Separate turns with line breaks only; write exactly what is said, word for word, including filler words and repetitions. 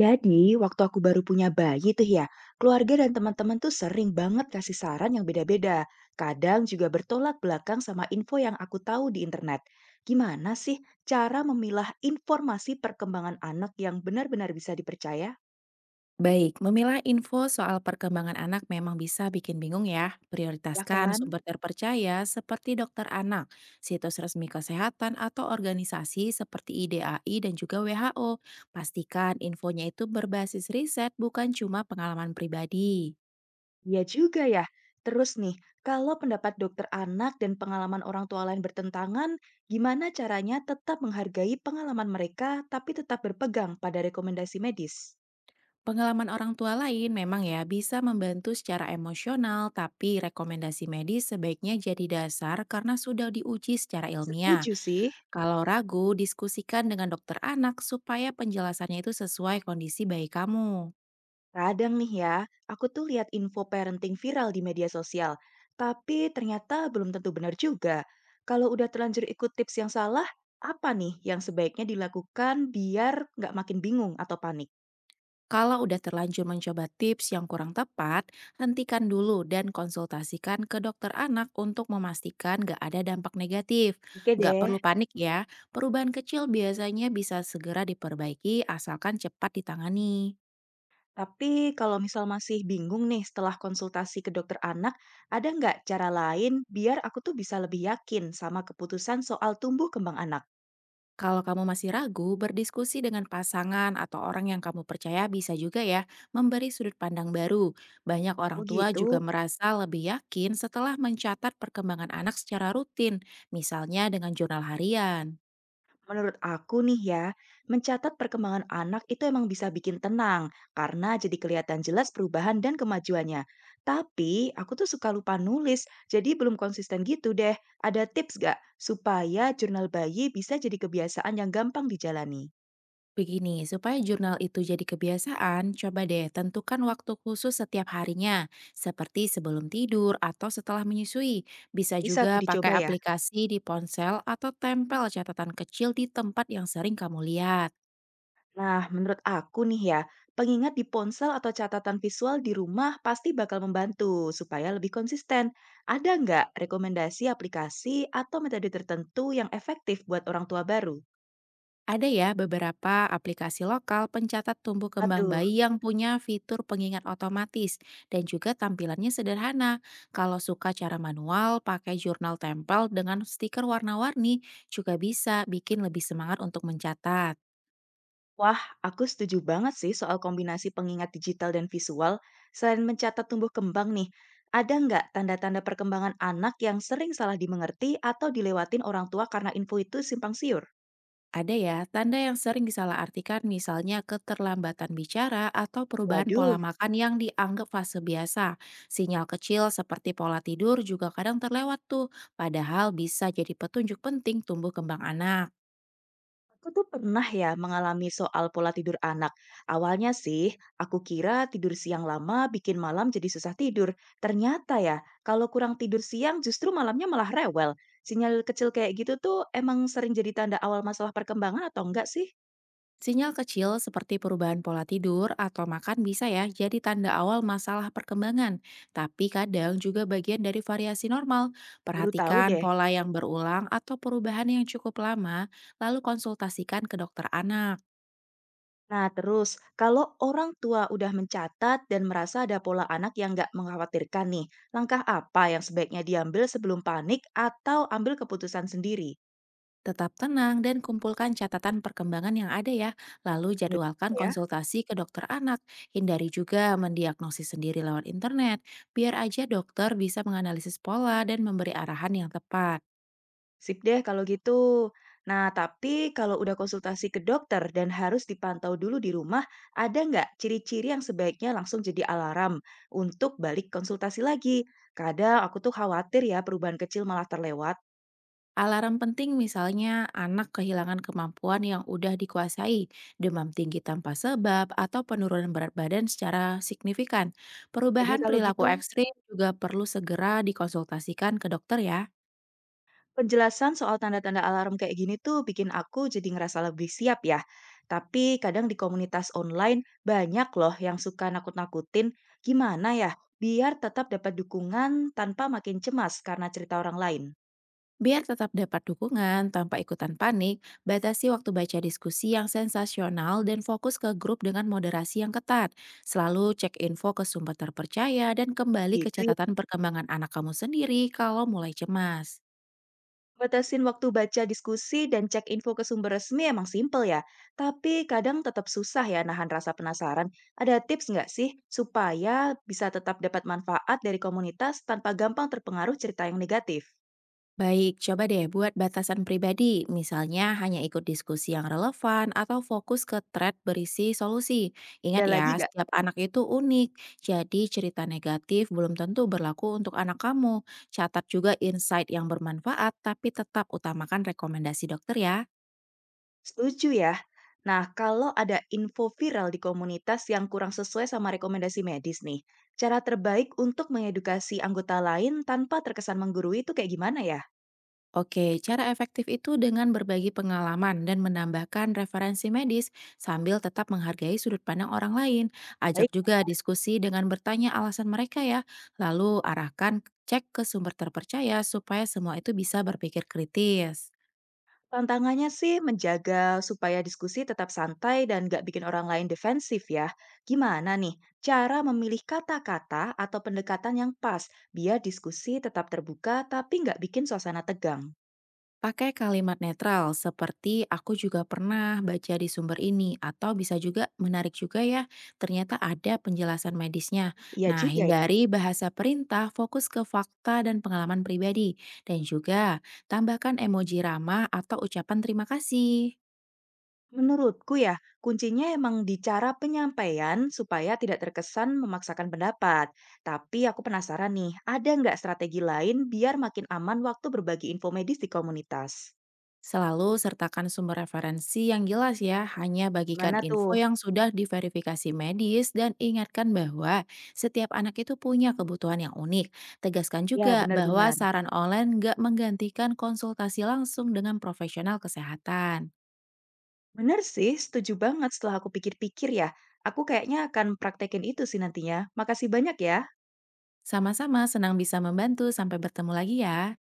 Jadi, waktu aku baru punya bayi tuh ya, keluarga dan teman-teman tuh sering banget kasih saran yang beda-beda. Kadang juga bertolak belakang sama info yang aku tahu di internet. Gimana sih cara memilah informasi perkembangan anak yang benar-benar bisa dipercaya?
Baik, memilah info soal perkembangan anak memang bisa bikin bingung ya.
Ya
Prioritaskan
kan?
sumber terpercaya seperti dokter anak, situs resmi kesehatan, atau organisasi seperti I D A I dan juga W H O. Pastikan infonya itu berbasis riset bukan cuma pengalaman pribadi.
Ya juga ya. Terus nih, kalau pendapat dokter anak dan pengalaman orang tua lain bertentangan, gimana caranya tetap menghargai pengalaman mereka tapi tetap berpegang pada rekomendasi medis?
Pengalaman orang tua lain memang ya bisa membantu secara emosional, tapi rekomendasi medis sebaiknya jadi dasar karena sudah diuji secara ilmiah.
Setuju sih.
Kalau ragu, diskusikan dengan dokter anak supaya penjelasannya itu sesuai kondisi bayi kamu.
Kadang nih ya, aku tuh lihat info parenting viral di media sosial, tapi ternyata belum tentu benar juga. Kalau udah terlanjur ikut tips yang salah, apa nih yang sebaiknya dilakukan biar nggak makin bingung atau panik?
Kalau udah terlanjur mencoba tips yang kurang tepat, hentikan dulu dan konsultasikan ke dokter anak untuk memastikan gak ada dampak negatif.
Oke
Gak
deh,
perlu panik ya, perubahan kecil biasanya bisa segera diperbaiki asalkan cepat ditangani.
tapi kalau misal masih bingung nih setelah konsultasi ke dokter anak, ada nggak cara lain biar aku tuh bisa lebih yakin sama keputusan soal tumbuh kembang anak?
Kalau kamu masih ragu, berdiskusi dengan pasangan atau orang yang kamu percaya bisa juga ya memberi sudut pandang baru. Banyak
Oh
orang tua
gitu.
juga merasa lebih yakin setelah mencatat perkembangan anak secara rutin, misalnya dengan jurnal harian.
Menurut aku nih ya, mencatat perkembangan anak itu emang bisa bikin tenang karena jadi kelihatan jelas perubahan dan kemajuannya. Tapi aku tuh suka lupa nulis, jadi belum konsisten gitu deh. Ada tips gak supaya jurnal bayi bisa jadi kebiasaan yang gampang dijalani?
Begini, supaya jurnal itu jadi kebiasaan, coba deh tentukan waktu khusus setiap harinya, seperti sebelum tidur atau setelah menyusui. Bisa
Bisa
juga
tuh
pakai
dicoba ya.
aplikasi di ponsel atau tempel catatan kecil di tempat yang sering kamu lihat.
Nah, menurut aku nih ya, pengingat di ponsel atau catatan visual di rumah pasti bakal membantu supaya lebih konsisten. Ada nggak rekomendasi aplikasi atau metode tertentu yang efektif buat orang tua baru?
Ada ya beberapa aplikasi lokal pencatat tumbuh kembang
Aduh,
bayi yang punya fitur pengingat otomatis dan juga tampilannya sederhana. Kalau suka cara manual, pakai jurnal tempel dengan stiker warna-warni juga bisa bikin lebih semangat untuk mencatat.
wah, aku setuju banget sih soal kombinasi pengingat digital dan visual. Selain mencatat tumbuh kembang nih, ada nggak tanda-tanda perkembangan anak yang sering salah dimengerti atau dilewatin orang tua karena info itu simpang siur?
Ada ya, tanda yang sering disalahartikan misalnya keterlambatan bicara atau perubahan pola
Waduh,
makan yang dianggap fase biasa. Sinyal kecil seperti pola tidur juga kadang terlewat tuh, padahal bisa jadi petunjuk penting tumbuh kembang anak.
aku tuh pernah ya mengalami soal pola tidur anak. Awalnya sih, aku kira tidur siang lama bikin malam jadi susah tidur. Ternyata ya, kalau kurang tidur siang justru malamnya malah rewel. Sinyal kecil kayak gitu tuh emang sering jadi tanda awal masalah perkembangan atau enggak sih?
Sinyal kecil seperti perubahan pola tidur atau makan bisa ya jadi tanda awal masalah perkembangan, tapi kadang juga bagian dari variasi normal.
Baru tahu
Perhatikan
deh.
pola yang berulang atau perubahan yang cukup lama, lalu konsultasikan ke dokter anak.
Nah terus, kalau orang tua udah mencatat dan merasa ada pola anak yang nggak mengkhawatirkan nih, langkah apa yang sebaiknya diambil sebelum panik atau ambil keputusan sendiri?
Tetap tenang dan kumpulkan catatan perkembangan yang ada ya, lalu
Bener
jadwalkan
juga ya.
konsultasi ke dokter anak. Hindari juga mendiagnosis sendiri lewat internet, biar aja dokter bisa menganalisis pola dan memberi arahan yang tepat.
Sip deh kalau gitu. Nah, tapi kalau udah konsultasi ke dokter dan harus dipantau dulu di rumah, ada nggak ciri-ciri yang sebaiknya langsung jadi alarm untuk balik konsultasi lagi? Kadang aku tuh khawatir ya perubahan kecil malah terlewat.
Alarm penting misalnya anak kehilangan kemampuan yang udah dikuasai, demam tinggi tanpa sebab, atau penurunan berat badan secara signifikan.
Jadi
Perubahan
kalau
perilaku
gitu,
ekstrim juga perlu segera dikonsultasikan ke dokter ya.
penjelasan soal tanda-tanda alarm kayak gini tuh bikin aku jadi ngerasa lebih siap ya. Tapi kadang di komunitas online banyak loh yang suka nakut-nakutin. Gimana ya biar tetap dapat dukungan tanpa makin cemas karena cerita orang lain?
Biar tetap dapat dukungan tanpa ikutan panik, batasi waktu baca diskusi yang sensasional dan fokus ke grup dengan moderasi yang ketat. Selalu cek info ke sumber terpercaya dan kembali ke
Gitu ya.
catatan perkembangan anak kamu sendiri kalau mulai cemas.
Batasin waktu baca diskusi dan cek info ke sumber resmi emang simpel ya. Tapi kadang tetap susah ya nahan rasa penasaran. Ada tips nggak sih supaya bisa tetap dapat manfaat dari komunitas tanpa gampang terpengaruh cerita yang negatif?
Baik, coba deh buat batasan pribadi, misalnya hanya ikut diskusi yang relevan atau fokus ke thread berisi solusi.
Ada
Ingat ya,
lagi nggak?
setiap anak itu unik, jadi cerita negatif belum tentu berlaku untuk anak kamu. Catat juga insight yang bermanfaat, tapi tetap utamakan rekomendasi dokter ya.
Setuju ya. Nah, kalau ada info viral di komunitas yang kurang sesuai sama rekomendasi medis nih, cara terbaik untuk mengedukasi anggota lain tanpa terkesan menggurui itu kayak gimana ya?
Oke, cara efektif itu dengan berbagi pengalaman dan menambahkan referensi medis sambil tetap menghargai sudut pandang orang lain.
Baik.
Ajak juga diskusi dengan bertanya alasan mereka ya, lalu arahkan cek ke sumber terpercaya supaya semua itu bisa berpikir kritis.
Tantangannya sih menjaga supaya diskusi tetap santai dan nggak bikin orang lain defensif ya. Gimana nih cara memilih kata-kata atau pendekatan yang pas biar diskusi tetap terbuka tapi nggak bikin suasana tegang?
Pakai kalimat netral seperti aku juga pernah baca di sumber ini atau bisa juga menarik juga ya, ternyata ada penjelasan medisnya.
Iya
Nah,
juga ya.
hindari bahasa perintah, fokus ke fakta dan pengalaman pribadi dan juga tambahkan emoji ramah atau ucapan terima kasih.
Menurutku ya, kuncinya emang di cara penyampaian supaya tidak terkesan memaksakan pendapat. Tapi aku penasaran nih, ada nggak strategi lain biar makin aman waktu berbagi info medis di komunitas?
Selalu sertakan sumber referensi yang jelas ya, hanya bagikan
Gimana
info
tuh?
yang sudah diverifikasi medis dan ingatkan bahwa setiap anak itu punya kebutuhan yang unik. Tegaskan
Ya,
juga bahwa
benar-benar.
saran online nggak menggantikan konsultasi langsung dengan profesional kesehatan.
Bener sih, setuju banget setelah aku pikir-pikir ya. Aku kayaknya akan praktekin itu sih nantinya. Makasih banyak ya.
Sama-sama senang bisa membantu, sampai bertemu lagi ya.